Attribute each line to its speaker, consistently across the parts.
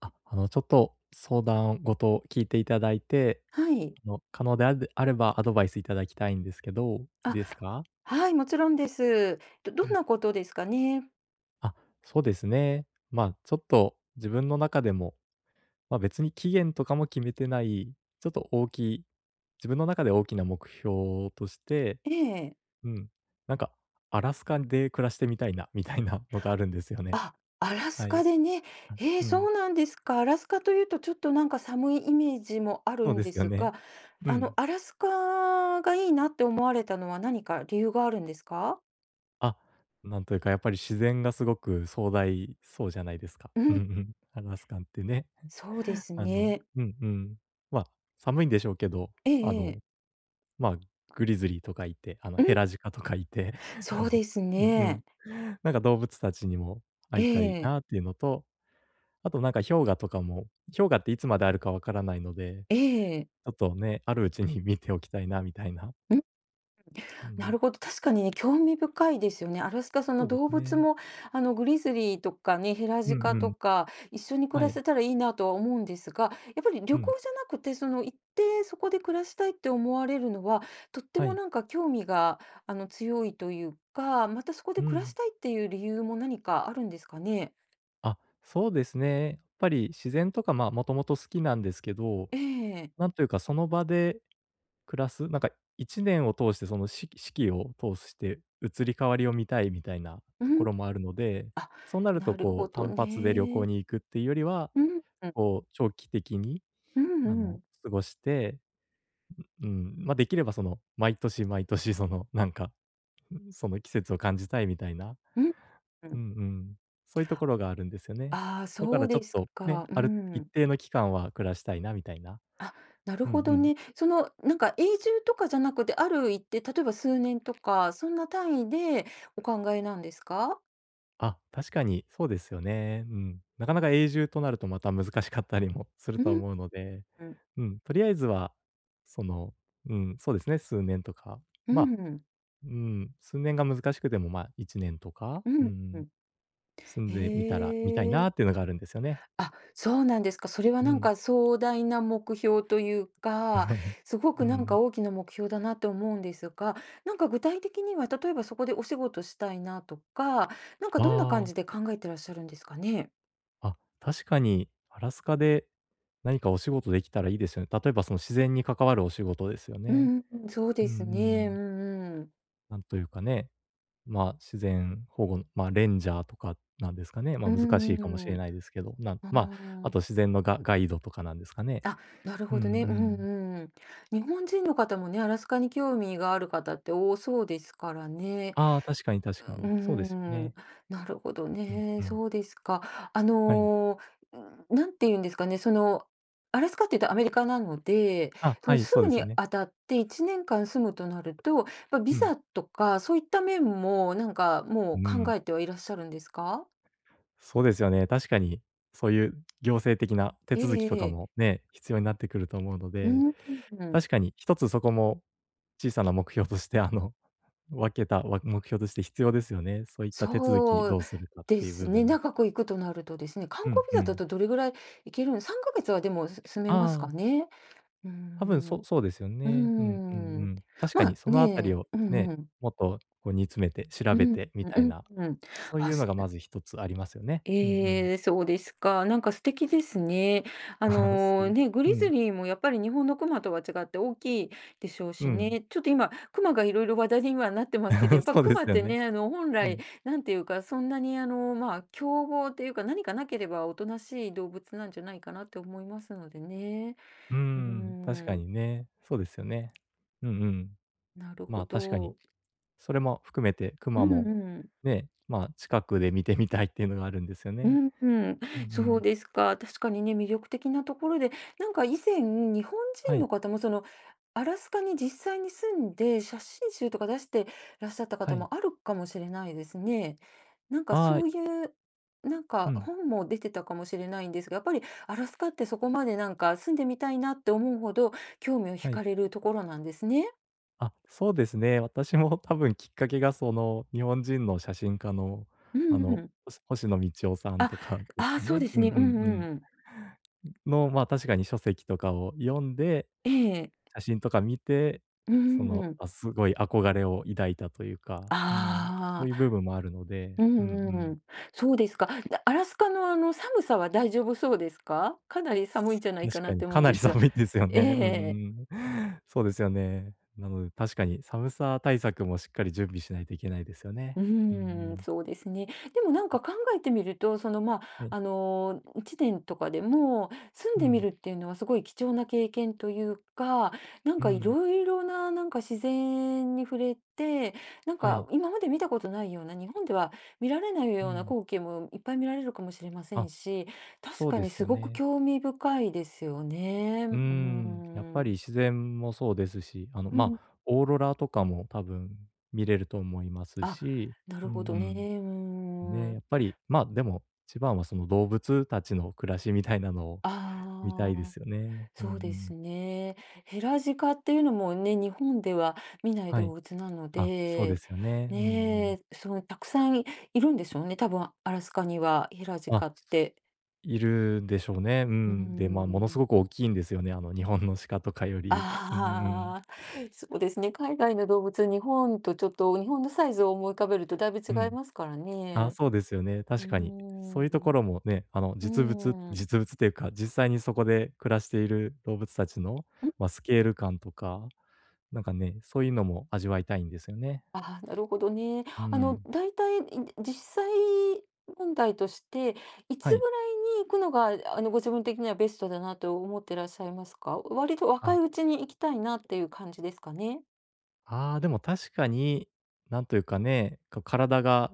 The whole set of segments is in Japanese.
Speaker 1: あ、ちょっと相談ごと聞いていただいて、
Speaker 2: はい。
Speaker 1: 可能であればアドバイスいただきたいんですけど、いい
Speaker 2: あ、
Speaker 1: ですか？
Speaker 2: はい、もちろんです。ど
Speaker 1: う
Speaker 2: どん
Speaker 1: ん。
Speaker 2: なことですかね？
Speaker 1: あ、そうですね。まあ、ちょっと自分の中でも、まあ、別に期限とかも決めてない、ちょっと大きい自分の中で大きな目標として、
Speaker 2: ええ。
Speaker 1: うん、なんかアラスカで暮らしてみたいなみたいなのがあるんですよね。
Speaker 2: あ、アラス
Speaker 1: はい。
Speaker 2: カでね。ええ、
Speaker 1: うん。
Speaker 2: そうなんですか。アラスカというとちょっとなんか寒いイメージもある
Speaker 1: そう
Speaker 2: ん
Speaker 1: です
Speaker 2: で
Speaker 1: よ
Speaker 2: す
Speaker 1: ね。
Speaker 2: が、
Speaker 1: うん。
Speaker 2: アラスカがいいなって思われたのは何か理由があるんですか？
Speaker 1: あ、なんというかやっぱり自然がすごく壮大そうじゃないですか。
Speaker 2: う
Speaker 1: うんう
Speaker 2: ん、
Speaker 1: ん。アラスカンってね。
Speaker 2: そうで すね。
Speaker 1: うんうん。ま、あ寒いんでしょうけど、
Speaker 2: え
Speaker 1: あ
Speaker 2: ええ
Speaker 1: の、
Speaker 2: え。
Speaker 1: ま、あグリズリーとかいて、
Speaker 2: う
Speaker 1: ヘ
Speaker 2: ん、
Speaker 1: ラジカとかいて、あ
Speaker 2: そう
Speaker 1: の
Speaker 2: です
Speaker 1: うんうん。
Speaker 2: ね。
Speaker 1: なんか動物たちにも会
Speaker 2: え
Speaker 1: いたい
Speaker 2: え、
Speaker 1: なっていうのと、あとなんか氷河とかも、氷河っていつまであるかわからないので、
Speaker 2: ええ。
Speaker 1: ちょっとね、あるうちに 見ておきたいなみたいな。うんう
Speaker 2: な
Speaker 1: ん。
Speaker 2: るほど、確かにね、興味深いですよね。アラスカ、そ
Speaker 1: そ
Speaker 2: の
Speaker 1: うで
Speaker 2: 動
Speaker 1: す
Speaker 2: 物
Speaker 1: ね。
Speaker 2: も、グリズリーとかね、ヘラ
Speaker 1: う
Speaker 2: ジ
Speaker 1: ん
Speaker 2: カ
Speaker 1: う
Speaker 2: と
Speaker 1: ん。
Speaker 2: か、一緒に暮
Speaker 1: は
Speaker 2: ら
Speaker 1: い。
Speaker 2: せたらいいなとは思うんですが、やっぱり
Speaker 1: う
Speaker 2: 旅
Speaker 1: ん。
Speaker 2: 行じゃなくて、その、行って、そこで暮らしたいって思われるのは、とって
Speaker 1: は
Speaker 2: も
Speaker 1: い。
Speaker 2: なんか興味が、強いというか、またそこで
Speaker 1: う
Speaker 2: 暮ら
Speaker 1: ん。
Speaker 2: したいっていう理由も何かあるんですかね？
Speaker 1: あ、そうですね。やっぱり自然とか、まあ、もともと好きなんですけど、
Speaker 2: ええ。
Speaker 1: なんというかその場で暮らす、なんか1年を通してその四季四季を通して移り変わりを見たいみたいな
Speaker 2: う
Speaker 1: とこ
Speaker 2: ん。
Speaker 1: ろもあるので、
Speaker 2: あ、
Speaker 1: そうなると
Speaker 2: なる
Speaker 1: こ
Speaker 2: ほ
Speaker 1: う
Speaker 2: ど
Speaker 1: 単発で旅行
Speaker 2: ね。
Speaker 1: に行くっていうよりは、
Speaker 2: うん、うん。
Speaker 1: こう長期的に
Speaker 2: うんうん。
Speaker 1: 過ごして、うん、まあ、できればその毎年毎年そのなんか、その季節を感じたいみたいな。
Speaker 2: うん。うんう
Speaker 1: うん
Speaker 2: ん。
Speaker 1: うん。そういうところがあるんですよね。
Speaker 2: ああ、
Speaker 1: だか
Speaker 2: そ
Speaker 1: ら
Speaker 2: う
Speaker 1: ちょ
Speaker 2: で
Speaker 1: っ
Speaker 2: す
Speaker 1: とね、
Speaker 2: か。う
Speaker 1: ある一
Speaker 2: ん。
Speaker 1: 定の期間は暮らしたいなみたいな。
Speaker 2: あ、なる
Speaker 1: うんう
Speaker 2: ほど
Speaker 1: ん。
Speaker 2: ね。その、なんか、永住とかじゃなくて、ある一定、例えば数年とか、そんな単位でお考えなんですか？
Speaker 1: あ、確かにそうですよね。うん。なかなか永住となるとまた難しかったりもする
Speaker 2: う
Speaker 1: と
Speaker 2: ん、
Speaker 1: 思うので、
Speaker 2: うん、
Speaker 1: うん、とりあえずは、その、うん、そうですね、数年とか、
Speaker 2: う
Speaker 1: まあ、
Speaker 2: ん、う
Speaker 1: うん、数年が難しくても、まあ、1年とか、う
Speaker 2: ん、う
Speaker 1: ん、
Speaker 2: ん。
Speaker 1: 住んでみたら、みたい
Speaker 2: へ
Speaker 1: な
Speaker 2: え。
Speaker 1: っていうのがあるんですよね。
Speaker 2: あ、そうなんですか。それは
Speaker 1: う
Speaker 2: なん
Speaker 1: ん。
Speaker 2: か壮大な目標というか、すご
Speaker 1: う
Speaker 2: くなん
Speaker 1: ん。
Speaker 2: か大きな目標だなと思うんですが、なんか具体的には、例えばそこでお仕事したいなとか、なんかどんな
Speaker 1: あ
Speaker 2: 感じ
Speaker 1: あ。
Speaker 2: で考えてらっしゃるんですかね？
Speaker 1: あ、確かにアラスカで何かお仕事できたらいいですよね。例えばその自然に関わるお仕事ですよ
Speaker 2: う
Speaker 1: ね。
Speaker 2: んうん、そう
Speaker 1: うん
Speaker 2: で
Speaker 1: うん
Speaker 2: す
Speaker 1: う
Speaker 2: ね。う
Speaker 1: ん。
Speaker 2: んうん。
Speaker 1: なんというかね、まあ、自然保護の、まあ、レンジャーとかなんですかね。ま
Speaker 2: う
Speaker 1: あ、難しいかもし
Speaker 2: ー
Speaker 1: れ
Speaker 2: ん、
Speaker 1: ないですけど、なん
Speaker 2: あ、
Speaker 1: まあ、あ
Speaker 2: ー
Speaker 1: と自然のガイドとかなんですかね。
Speaker 2: あ、なる
Speaker 1: うん
Speaker 2: ほ
Speaker 1: う
Speaker 2: どね。うん
Speaker 1: ん。
Speaker 2: うん。日本人の方もね、アラスカに興味がある方って多そうですからね。
Speaker 1: ああ、確かに確か
Speaker 2: うー
Speaker 1: に。そうですよね。
Speaker 2: ん、なるほど
Speaker 1: うんう
Speaker 2: ね、
Speaker 1: ん。
Speaker 2: そうですか。
Speaker 1: はい。
Speaker 2: なんて言うんですかね、その、アラスカっていうとアメリカなので、
Speaker 1: あ、
Speaker 2: そ
Speaker 1: は
Speaker 2: の
Speaker 1: い、そ
Speaker 2: 住
Speaker 1: う
Speaker 2: む
Speaker 1: です
Speaker 2: に
Speaker 1: よね。
Speaker 2: あたって1年間住むとなると、やっぱビ
Speaker 1: うん。
Speaker 2: ザとかそういった面も、なんかもう
Speaker 1: う
Speaker 2: 考
Speaker 1: ん。
Speaker 2: えてはいらっしゃるんですか？
Speaker 1: そうですよね。確かにそういう行政的な手続きとか
Speaker 2: え
Speaker 1: も
Speaker 2: え、
Speaker 1: ね、必要になってくると思うの
Speaker 2: う
Speaker 1: で
Speaker 2: ーん。
Speaker 1: 確かに、一つそこも小さな目標として、あの、分けた、わ目標として必要ですよね。そういった手続き
Speaker 2: そ
Speaker 1: ど
Speaker 2: う
Speaker 1: うするかっ
Speaker 2: で
Speaker 1: ていう
Speaker 2: す
Speaker 1: 部
Speaker 2: ね、
Speaker 1: 分。
Speaker 2: 長く行くとなるとですね、観
Speaker 1: うん
Speaker 2: 光ビ
Speaker 1: う
Speaker 2: ザだ
Speaker 1: ん。
Speaker 2: とどれぐらい行けるのさん3ヶ月はでも、住めますか
Speaker 1: ああ、
Speaker 2: ね。うー
Speaker 1: 多分
Speaker 2: ん、
Speaker 1: そそうですよ
Speaker 2: うー
Speaker 1: ね。うんうんう
Speaker 2: ん。
Speaker 1: ん。確か
Speaker 2: ま
Speaker 1: にそ
Speaker 2: あ、
Speaker 1: のあたり
Speaker 2: ね、
Speaker 1: を
Speaker 2: うん
Speaker 1: ね、
Speaker 2: うん。
Speaker 1: もっとこう煮詰めて調
Speaker 2: う
Speaker 1: べ
Speaker 2: ん、
Speaker 1: てみ
Speaker 2: う
Speaker 1: た
Speaker 2: ん
Speaker 1: いな、
Speaker 2: うんうん。
Speaker 1: そうい
Speaker 2: あ、
Speaker 1: うの
Speaker 2: す
Speaker 1: がまず一つありますよね。うんうん。
Speaker 2: ええ、そうですか。なんか素敵ですね。
Speaker 1: ああ、そうです。
Speaker 2: ね、グ
Speaker 1: う
Speaker 2: リズ
Speaker 1: ん。
Speaker 2: リーもやっぱり日本の熊とは違って大きいでしょう
Speaker 1: う
Speaker 2: し
Speaker 1: ん。
Speaker 2: ね。ちょっと今、熊がいろいろ話題にはなってますけど、やっ ぱ
Speaker 1: そうで
Speaker 2: 熊
Speaker 1: す
Speaker 2: っ
Speaker 1: よ
Speaker 2: て
Speaker 1: ね。
Speaker 2: ね、本
Speaker 1: う
Speaker 2: 来、
Speaker 1: ん。
Speaker 2: なんていうか、そんなにまあ、凶暴というか、何かなければおとなしい動物なんじゃないかなって思いますのでね。
Speaker 1: うー
Speaker 2: うー
Speaker 1: ん、確か
Speaker 2: ん、
Speaker 1: にね。そうですよね。うんうん。
Speaker 2: なる
Speaker 1: ま
Speaker 2: ほ
Speaker 1: あ、確かに。
Speaker 2: ど。
Speaker 1: それも含めて、
Speaker 2: う
Speaker 1: 熊
Speaker 2: ん
Speaker 1: も、
Speaker 2: うん。
Speaker 1: ね、まあ、近くで見てみたいっていうのがあるんですよ
Speaker 2: う
Speaker 1: ね。
Speaker 2: ん、うん、
Speaker 1: うんう
Speaker 2: そう
Speaker 1: ん。
Speaker 2: ですか。確かにね、魅力的なところで、なんか以前、日本
Speaker 1: は
Speaker 2: 人の
Speaker 1: い、
Speaker 2: 方もその、アラスカに実際に住んで、写真集とか出してらっしゃった
Speaker 1: は
Speaker 2: 方
Speaker 1: い。
Speaker 2: もあるかもしれないですね。なんか
Speaker 1: ああ、
Speaker 2: そういう、なん
Speaker 1: う
Speaker 2: か
Speaker 1: ん、
Speaker 2: 本も出てたかもしれないんですが、やっぱりアラスカってそこまでなんか住んでみたいなって思うほど興味を
Speaker 1: は
Speaker 2: 惹
Speaker 1: い。
Speaker 2: かれるところなんですね。
Speaker 1: あ、そうですね。私も多分きっかけがその、日本人の写真家の、
Speaker 2: うんうん。
Speaker 1: 星野道夫さん
Speaker 2: あ、
Speaker 1: とかです
Speaker 2: ああ
Speaker 1: か
Speaker 2: そう
Speaker 1: ね。
Speaker 2: で
Speaker 1: う
Speaker 2: す
Speaker 1: ん
Speaker 2: ね。
Speaker 1: う
Speaker 2: う
Speaker 1: ん
Speaker 2: んう
Speaker 1: う
Speaker 2: ん
Speaker 1: ん。
Speaker 2: うん。
Speaker 1: の、まあ、確かに書籍とかを読んで、
Speaker 2: ええ。
Speaker 1: 写真とか見て、
Speaker 2: う
Speaker 1: そ
Speaker 2: ん
Speaker 1: の、
Speaker 2: うん。
Speaker 1: あ、すごい憧れを抱いたというか、うん、そう
Speaker 2: あ
Speaker 1: いう
Speaker 2: あ。
Speaker 1: 部分もあるので、
Speaker 2: う
Speaker 1: うんう
Speaker 2: んう
Speaker 1: ん。
Speaker 2: ん。そうですか。で、アラスカのあの寒さは大丈夫そうですか？かなり寒いんじゃないか
Speaker 1: 確
Speaker 2: な
Speaker 1: か
Speaker 2: っ
Speaker 1: に、
Speaker 2: て思
Speaker 1: か
Speaker 2: うん
Speaker 1: な
Speaker 2: で
Speaker 1: り
Speaker 2: すが。
Speaker 1: 寒いんですよ
Speaker 2: え
Speaker 1: ね。うんうん
Speaker 2: ええ、
Speaker 1: うん。そうですよね。なので、確かに寒さ対策もしっかり準備しないといけないですよね。
Speaker 2: う
Speaker 1: うんう
Speaker 2: ーん、
Speaker 1: ん。
Speaker 2: そうですね。でもなんか考えてみると、その、ま
Speaker 1: は
Speaker 2: あ、
Speaker 1: い。
Speaker 2: 1年とかでも住ん
Speaker 1: う
Speaker 2: でみ
Speaker 1: ん。
Speaker 2: るっていうのはすごい貴重な経験というか、なん
Speaker 1: う
Speaker 2: かい
Speaker 1: ん。
Speaker 2: ろいろな、なんか自然に触れて、なん
Speaker 1: は
Speaker 2: か
Speaker 1: い。
Speaker 2: 今まで見たことないような、日本では見られない
Speaker 1: う
Speaker 2: ような
Speaker 1: ん。
Speaker 2: 光景もいっぱい見られるかもしれませ
Speaker 1: あ、
Speaker 2: んし、確
Speaker 1: そう
Speaker 2: か
Speaker 1: で
Speaker 2: に
Speaker 1: す
Speaker 2: す
Speaker 1: よ
Speaker 2: ごく
Speaker 1: ね。
Speaker 2: 興味深いですよね。う
Speaker 1: うー
Speaker 2: ー
Speaker 1: ん。やっぱり
Speaker 2: ん。
Speaker 1: 自然もそうですし、
Speaker 2: う
Speaker 1: ま
Speaker 2: ん。
Speaker 1: あ、オーロラとかも多分見れると思います
Speaker 2: あ、
Speaker 1: し、
Speaker 2: な
Speaker 1: う
Speaker 2: るほどね。う
Speaker 1: ん
Speaker 2: ー
Speaker 1: うん。ね、や
Speaker 2: ん。
Speaker 1: っぱり、まあ、でも、一番はその動物たちの暮らしみたいなのを見た
Speaker 2: あ
Speaker 1: いで
Speaker 2: あ。
Speaker 1: すよね。うんう
Speaker 2: そうで
Speaker 1: ん。
Speaker 2: すね。ヘラジカっていうのもね、日本では見ない
Speaker 1: はい。
Speaker 2: 動物なの
Speaker 1: あ、そうで
Speaker 2: で、
Speaker 1: すよね。うんう
Speaker 2: ね
Speaker 1: ん。
Speaker 2: え、そう、たくさんいるんでしょうね、多分アラスカにはヘラジ
Speaker 1: あ、
Speaker 2: カって。
Speaker 1: いるでしょうね。う
Speaker 2: うー
Speaker 1: ん。で、まあ、ものす
Speaker 2: ん。
Speaker 1: ごく大きいんですよね、日本の鹿とかより。うんうんうん。
Speaker 2: ああ、そうですね、海外の動物、日本とちょっと日本のサイズを思い浮かべるとだいぶ違
Speaker 1: う
Speaker 2: い
Speaker 1: ん。
Speaker 2: ますから
Speaker 1: あ、
Speaker 2: ね。
Speaker 1: そうですよね、
Speaker 2: うー
Speaker 1: 確かに。そういうと
Speaker 2: ん。
Speaker 1: ころもね、
Speaker 2: う
Speaker 1: 実物
Speaker 2: ーん。
Speaker 1: 実物というか、実際にそこで暮らしている動物たちの、まあ、スケール感とか、なんかね、そういうのも味わいたいんですよね。
Speaker 2: ああ、なるほどね。
Speaker 1: うん。
Speaker 2: だいたい、実際問題として、い
Speaker 1: は
Speaker 2: つ
Speaker 1: い。
Speaker 2: ぐらいに行くのが、ご自分的にはベストだなと思ってらっしゃいますか？割と若いう
Speaker 1: あ
Speaker 2: ちに行きたいなっていう感じですかね？
Speaker 1: ああ、でも確かに、なんというかね、こう体が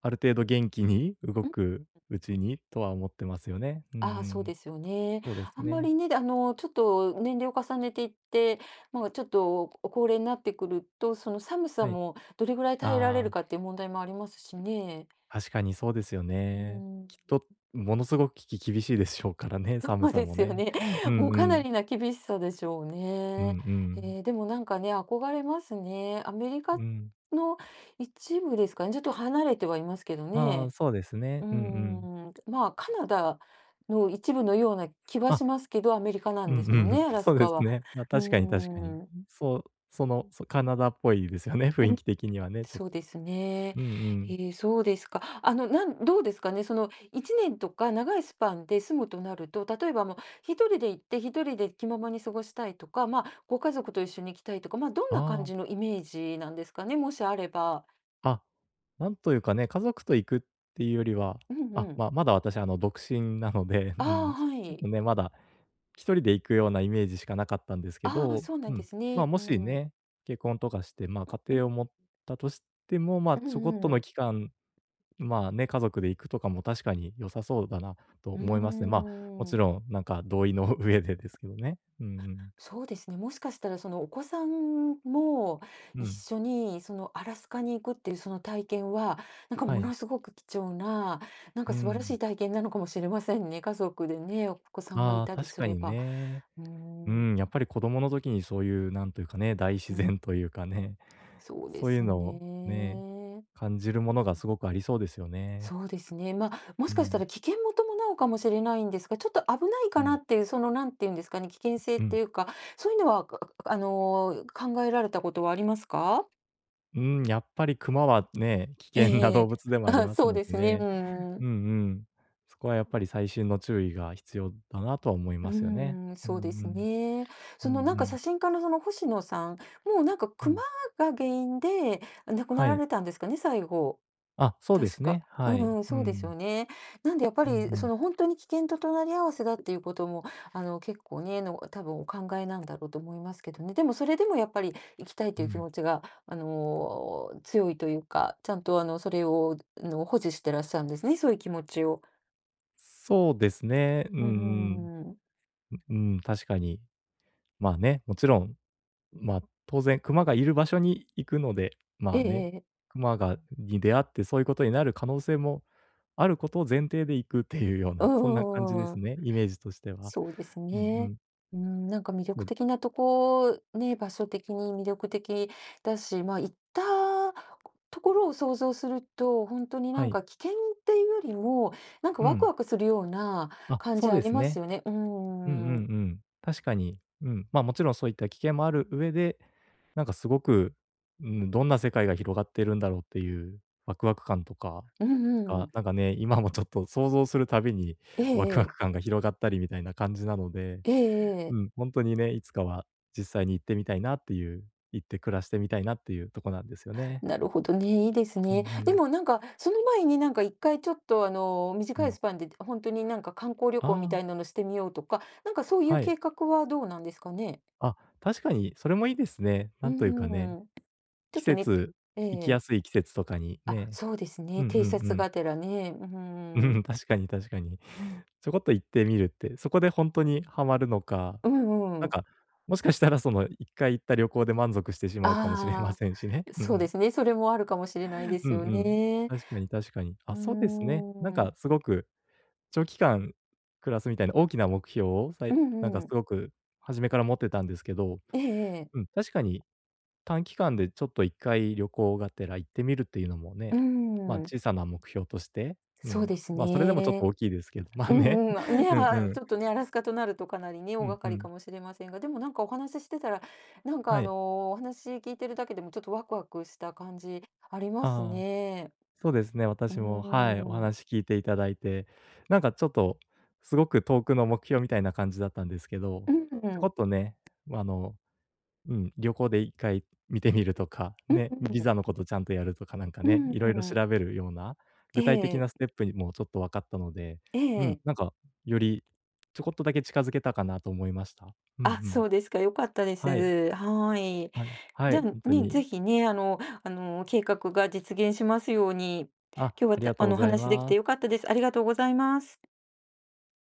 Speaker 1: ある程度元気に動
Speaker 2: うん、
Speaker 1: くうちにとは思ってますよね。うんう
Speaker 2: ああ、そう
Speaker 1: ん。
Speaker 2: ですよね。
Speaker 1: そうです
Speaker 2: あんま
Speaker 1: ね。
Speaker 2: りね、ちょっと年齢を重ねていって、まあ、ちょっと高齢になってくると、その寒さ
Speaker 1: はい。
Speaker 2: もどれぐらい耐えられる
Speaker 1: ああ、
Speaker 2: かっていう問題もありますしね。
Speaker 1: 確かにそうですよ
Speaker 2: う
Speaker 1: ね。きっ
Speaker 2: ん。
Speaker 1: とものすごく厳しいでしょうからね、
Speaker 2: そ
Speaker 1: 寒
Speaker 2: う
Speaker 1: さ
Speaker 2: で
Speaker 1: も
Speaker 2: すよ
Speaker 1: ね。
Speaker 2: ね。
Speaker 1: う
Speaker 2: も
Speaker 1: ん
Speaker 2: う
Speaker 1: う
Speaker 2: かな
Speaker 1: ん。
Speaker 2: りな厳しさでしょう
Speaker 1: うんう
Speaker 2: ね。
Speaker 1: ん。
Speaker 2: でもなんかね、憧れますね。アメリカ
Speaker 1: うん。
Speaker 2: の一部ですかね。ちょっと離れてはいますけど
Speaker 1: ああ、
Speaker 2: ね。
Speaker 1: そうです
Speaker 2: う
Speaker 1: ね。
Speaker 2: ー
Speaker 1: うんうん。
Speaker 2: ん。まあ、カナダの一部のような気は
Speaker 1: あ、
Speaker 2: しますけど、アメリカな
Speaker 1: う
Speaker 2: ん
Speaker 1: ん
Speaker 2: ですもん
Speaker 1: う
Speaker 2: ね、
Speaker 1: ん。
Speaker 2: ア ラス
Speaker 1: そうで
Speaker 2: カ
Speaker 1: す
Speaker 2: は。
Speaker 1: ね。まあ、
Speaker 2: うー
Speaker 1: 確かに確かに。
Speaker 2: ん。
Speaker 1: そう、そうカナダっぽいですよね、
Speaker 2: う
Speaker 1: 雰囲
Speaker 2: ん、
Speaker 1: 気的にはね、ちょっ
Speaker 2: そ
Speaker 1: と。
Speaker 2: うですね。
Speaker 1: うんうん。
Speaker 2: そうですか。どうですかね、その1年とか長いスパンで住むとなると、例えばもう一人で行って、一人で気ままに過ごしたいとか、まあ、ご家族と一緒に行きたいとか、まあ、どん
Speaker 1: あ
Speaker 2: な感
Speaker 1: あ。
Speaker 2: じのイメージなんですかね、もしあれば。
Speaker 1: あ、なんというかね、家族と行くっていうよりは、
Speaker 2: うんうん。
Speaker 1: まだ私、独身なので、う
Speaker 2: ああ、
Speaker 1: ん、ち
Speaker 2: は
Speaker 1: ょっ
Speaker 2: い。
Speaker 1: とね、まだ一人で行くようなイメージしかなかったんですけ
Speaker 2: ああ、
Speaker 1: ど、
Speaker 2: そうな
Speaker 1: う
Speaker 2: んで
Speaker 1: ん、
Speaker 2: す
Speaker 1: ま、
Speaker 2: ね。
Speaker 1: も
Speaker 2: う
Speaker 1: し
Speaker 2: ん。
Speaker 1: ね、結婚とかして、ま、
Speaker 2: う
Speaker 1: 家庭を持ったとしても、ま、
Speaker 2: んう
Speaker 1: ちょこっ
Speaker 2: ん
Speaker 1: と
Speaker 2: う
Speaker 1: の
Speaker 2: ん。
Speaker 1: 期間、まあ、ね、家族で行くとかも確かに良さそうだなと
Speaker 2: う
Speaker 1: 思いますね。
Speaker 2: ー
Speaker 1: ま、もち
Speaker 2: ん。
Speaker 1: ろん、なんか同意の上でですけどね。うんうん。
Speaker 2: そうですね。もしかしたらそのお子さんも
Speaker 1: う
Speaker 2: 一
Speaker 1: ん、
Speaker 2: 緒にそのアラスカに行くっていうその体験は、なんか
Speaker 1: は
Speaker 2: も
Speaker 1: い。
Speaker 2: のすごく貴重な、なん
Speaker 1: う
Speaker 2: か素晴らし
Speaker 1: ん。
Speaker 2: い体験なのかもしれませんね。家族でね、お子さんがい
Speaker 1: ああ、
Speaker 2: たり
Speaker 1: 確
Speaker 2: す
Speaker 1: か
Speaker 2: れ
Speaker 1: に
Speaker 2: ば。
Speaker 1: ね。
Speaker 2: うー
Speaker 1: う
Speaker 2: ん、
Speaker 1: ん、やっぱり子供の時にそういう、なんというかね、大自
Speaker 2: うん、
Speaker 1: 然というかね、
Speaker 2: そうで
Speaker 1: そうい
Speaker 2: す
Speaker 1: うのをね、
Speaker 2: ね。
Speaker 1: 感じるものがすごくありそうですよね。
Speaker 2: そうですね。まあ、も
Speaker 1: う
Speaker 2: しかした
Speaker 1: ん、
Speaker 2: ら危険も伴うかもしれないんですが、ちょっと危ない
Speaker 1: う
Speaker 2: かな
Speaker 1: ん、
Speaker 2: っていう、その、なんていうんですかね、危険性っ
Speaker 1: う
Speaker 2: て
Speaker 1: ん。
Speaker 2: いうか、そういうのは、あ、考えられたことはありますか？
Speaker 1: うん、やっぱり熊はね、危険な
Speaker 2: え
Speaker 1: 動
Speaker 2: え、
Speaker 1: 物でもあり
Speaker 2: あ、
Speaker 1: ます
Speaker 2: そう
Speaker 1: の
Speaker 2: で
Speaker 1: で
Speaker 2: すね。う
Speaker 1: ね。
Speaker 2: んう
Speaker 1: う
Speaker 2: ん。
Speaker 1: んうん。そこはやっぱり細心の注意が必要だなとは思いますよね。うんう
Speaker 2: そうです
Speaker 1: ん。
Speaker 2: ね。
Speaker 1: う
Speaker 2: そ
Speaker 1: ん
Speaker 2: のなん
Speaker 1: う
Speaker 2: か
Speaker 1: ん。
Speaker 2: 写真家のその星野さん、もうなんか
Speaker 1: う
Speaker 2: 熊
Speaker 1: ん。
Speaker 2: が原因で亡くな
Speaker 1: は
Speaker 2: ら
Speaker 1: い。
Speaker 2: れたんですかね、最後。
Speaker 1: あ、そうです
Speaker 2: 確か。
Speaker 1: ね。はい。
Speaker 2: うん、
Speaker 1: う
Speaker 2: そうです
Speaker 1: ん。
Speaker 2: よね。なんでやっぱ
Speaker 1: うん
Speaker 2: り
Speaker 1: う
Speaker 2: そ
Speaker 1: ん。
Speaker 2: の本当に危険と隣り合わせだっていうことも、結構ね、多分お考えなんだろうと思いますけどね。でもそれでもやっぱり行きたい
Speaker 1: う
Speaker 2: という気
Speaker 1: ん。
Speaker 2: 持ちが、強いというか、ちゃんとそれを、保持してらっしゃるんですね、そういう気持ちを。
Speaker 1: そうですね。うん
Speaker 2: うー
Speaker 1: うん。
Speaker 2: ん。
Speaker 1: うん、確かに。まあね、もちろん、まあ、当然熊がいる場所に行くので、ま
Speaker 2: え
Speaker 1: あ
Speaker 2: え
Speaker 1: ね、
Speaker 2: ええ。
Speaker 1: 熊に出会ってそういうことになる可能性もあることを前提で行くっていうよう
Speaker 2: う
Speaker 1: な、そんな感じです
Speaker 2: ん、
Speaker 1: ね、イメージとしては。
Speaker 2: そうです
Speaker 1: うんう
Speaker 2: ね。
Speaker 1: ん。
Speaker 2: うん、なんか魅
Speaker 1: そ
Speaker 2: 力
Speaker 1: う。
Speaker 2: 的なとこ、ね、場所的に魅力的だし、ま、行ったところを想像すると、ほんとにな
Speaker 1: は
Speaker 2: ん
Speaker 1: い。
Speaker 2: か危険っていうよりも、なんか
Speaker 1: う
Speaker 2: ワク
Speaker 1: ん。
Speaker 2: ワクするような
Speaker 1: あ、
Speaker 2: 感
Speaker 1: そ
Speaker 2: じ
Speaker 1: う
Speaker 2: あ
Speaker 1: で
Speaker 2: り
Speaker 1: す
Speaker 2: ます
Speaker 1: ね。
Speaker 2: よね。う
Speaker 1: うんうん
Speaker 2: ーん。
Speaker 1: うん。確かに。うん。まあ、もちろんそういった危険もある上で、なんかすごく、うん、どんな世界が広がってるんだろうっていうワクワク感とか
Speaker 2: うんう
Speaker 1: か、
Speaker 2: ん。
Speaker 1: なんかね、今もちょっと想像するたびに
Speaker 2: ええ
Speaker 1: ワ
Speaker 2: え
Speaker 1: クワ
Speaker 2: え。
Speaker 1: ク感が広がったりみたいな感じなので、
Speaker 2: ええ
Speaker 1: うん、
Speaker 2: え、
Speaker 1: ほんとにね、いつかは実際に行ってみたいなっていう、行って暮らしてみたいなっていうとこなんですよね。
Speaker 2: なるほどね、いいです
Speaker 1: うんう
Speaker 2: ね。で
Speaker 1: ん。
Speaker 2: もなんか、その前になんか1回ちょっと
Speaker 1: う
Speaker 2: 短い
Speaker 1: ん。
Speaker 2: スパンで本当になんか観光旅
Speaker 1: あ
Speaker 2: 行みた
Speaker 1: あ、
Speaker 2: いなのしてみようとか、なんかそういう
Speaker 1: はい。
Speaker 2: 計画はどうなんですかね？
Speaker 1: あ、確かにそれもいいですね。
Speaker 2: う
Speaker 1: なんというかね、
Speaker 2: ーん。ちょ
Speaker 1: 季
Speaker 2: っとね、
Speaker 1: 節
Speaker 2: え
Speaker 1: 行きや
Speaker 2: え。
Speaker 1: すい季節とかに
Speaker 2: あ、
Speaker 1: ね。
Speaker 2: そうですね、
Speaker 1: うんう
Speaker 2: 偵
Speaker 1: んう
Speaker 2: 察
Speaker 1: ん。
Speaker 2: がてらね、うー
Speaker 1: うん、
Speaker 2: ん。
Speaker 1: 確かに確かに。ちょこっと行ってみるって、そこでほんとにハマるのか
Speaker 2: うん
Speaker 1: なん
Speaker 2: うん。
Speaker 1: か、もしかしたらその1回行った旅行で満足してしまうかもしれま
Speaker 2: あ
Speaker 1: せんしね。
Speaker 2: あ、
Speaker 1: うんう
Speaker 2: そう
Speaker 1: ん。
Speaker 2: ですね、それもあるかもしれないで
Speaker 1: うん
Speaker 2: す
Speaker 1: う
Speaker 2: よ
Speaker 1: ん。
Speaker 2: ね。
Speaker 1: 確かに確かに。
Speaker 2: うー
Speaker 1: あ、そうですね。なん
Speaker 2: ん。
Speaker 1: かすごく長期間暮らすみたいな大きな目標を、
Speaker 2: う
Speaker 1: なん
Speaker 2: ん
Speaker 1: か
Speaker 2: う
Speaker 1: す
Speaker 2: ん。
Speaker 1: ごく初めから持ってたんですけど、
Speaker 2: え
Speaker 1: う
Speaker 2: え、
Speaker 1: ん、確かに短期間でちょっと1回旅行がてら行ってみるっていうのも
Speaker 2: う
Speaker 1: ね、
Speaker 2: ー
Speaker 1: まあ、
Speaker 2: ん、
Speaker 1: 小さな目標として、う
Speaker 2: そう
Speaker 1: ん、
Speaker 2: です
Speaker 1: まあ、それでもちょっと
Speaker 2: ね。
Speaker 1: 大きいですけど、まあ
Speaker 2: う
Speaker 1: ね。
Speaker 2: んうん、ね、
Speaker 1: うんう
Speaker 2: あ、
Speaker 1: ん。
Speaker 2: ちょっとね、アラスカとなるとかなりね、大
Speaker 1: うん
Speaker 2: 掛
Speaker 1: う
Speaker 2: かりか
Speaker 1: ん。
Speaker 2: もしれませんが、でもなんかお話ししてたら、なんか
Speaker 1: はい。
Speaker 2: お話聞いてるだけでもちょっとワクワクした感じあります
Speaker 1: ああ。
Speaker 2: ね。
Speaker 1: そうですね、
Speaker 2: う
Speaker 1: 私も、はい、お
Speaker 2: ーん。
Speaker 1: 話聞いていただいて、なんかちょっと、すごく遠くの目標みたいな感じだったんですけど、
Speaker 2: うんう
Speaker 1: ちょこ
Speaker 2: ん。
Speaker 1: っとね、まあの、うん、旅行で一回見てみるとか、
Speaker 2: うん
Speaker 1: ね、ビ
Speaker 2: うん。
Speaker 1: ザのことちゃんとやるとかなんか
Speaker 2: う
Speaker 1: ね、
Speaker 2: ん
Speaker 1: いろいろ
Speaker 2: ん。
Speaker 1: 調べるような、
Speaker 2: え
Speaker 1: 具体的
Speaker 2: え、
Speaker 1: なステップにもちょっと分かったので、
Speaker 2: え
Speaker 1: うん、
Speaker 2: え。
Speaker 1: なんか、よりちょこっとだけ近づけたかなと思いました。うんう
Speaker 2: あ、
Speaker 1: ん。
Speaker 2: そうですか、良かったで
Speaker 1: はい、
Speaker 2: す。はい。
Speaker 1: はい、は
Speaker 2: じ
Speaker 1: い、
Speaker 2: ゃ
Speaker 1: 本
Speaker 2: あ、
Speaker 1: 当
Speaker 2: ね、ぜ
Speaker 1: に。
Speaker 2: ひね、計画が実現しますように。
Speaker 1: あ、
Speaker 2: 今日は、
Speaker 1: ありが
Speaker 2: た
Speaker 1: と
Speaker 2: あ
Speaker 1: うご
Speaker 2: の、お
Speaker 1: ざい
Speaker 2: 話しでき
Speaker 1: ま
Speaker 2: て良
Speaker 1: す。
Speaker 2: かったです。ありがとうございます。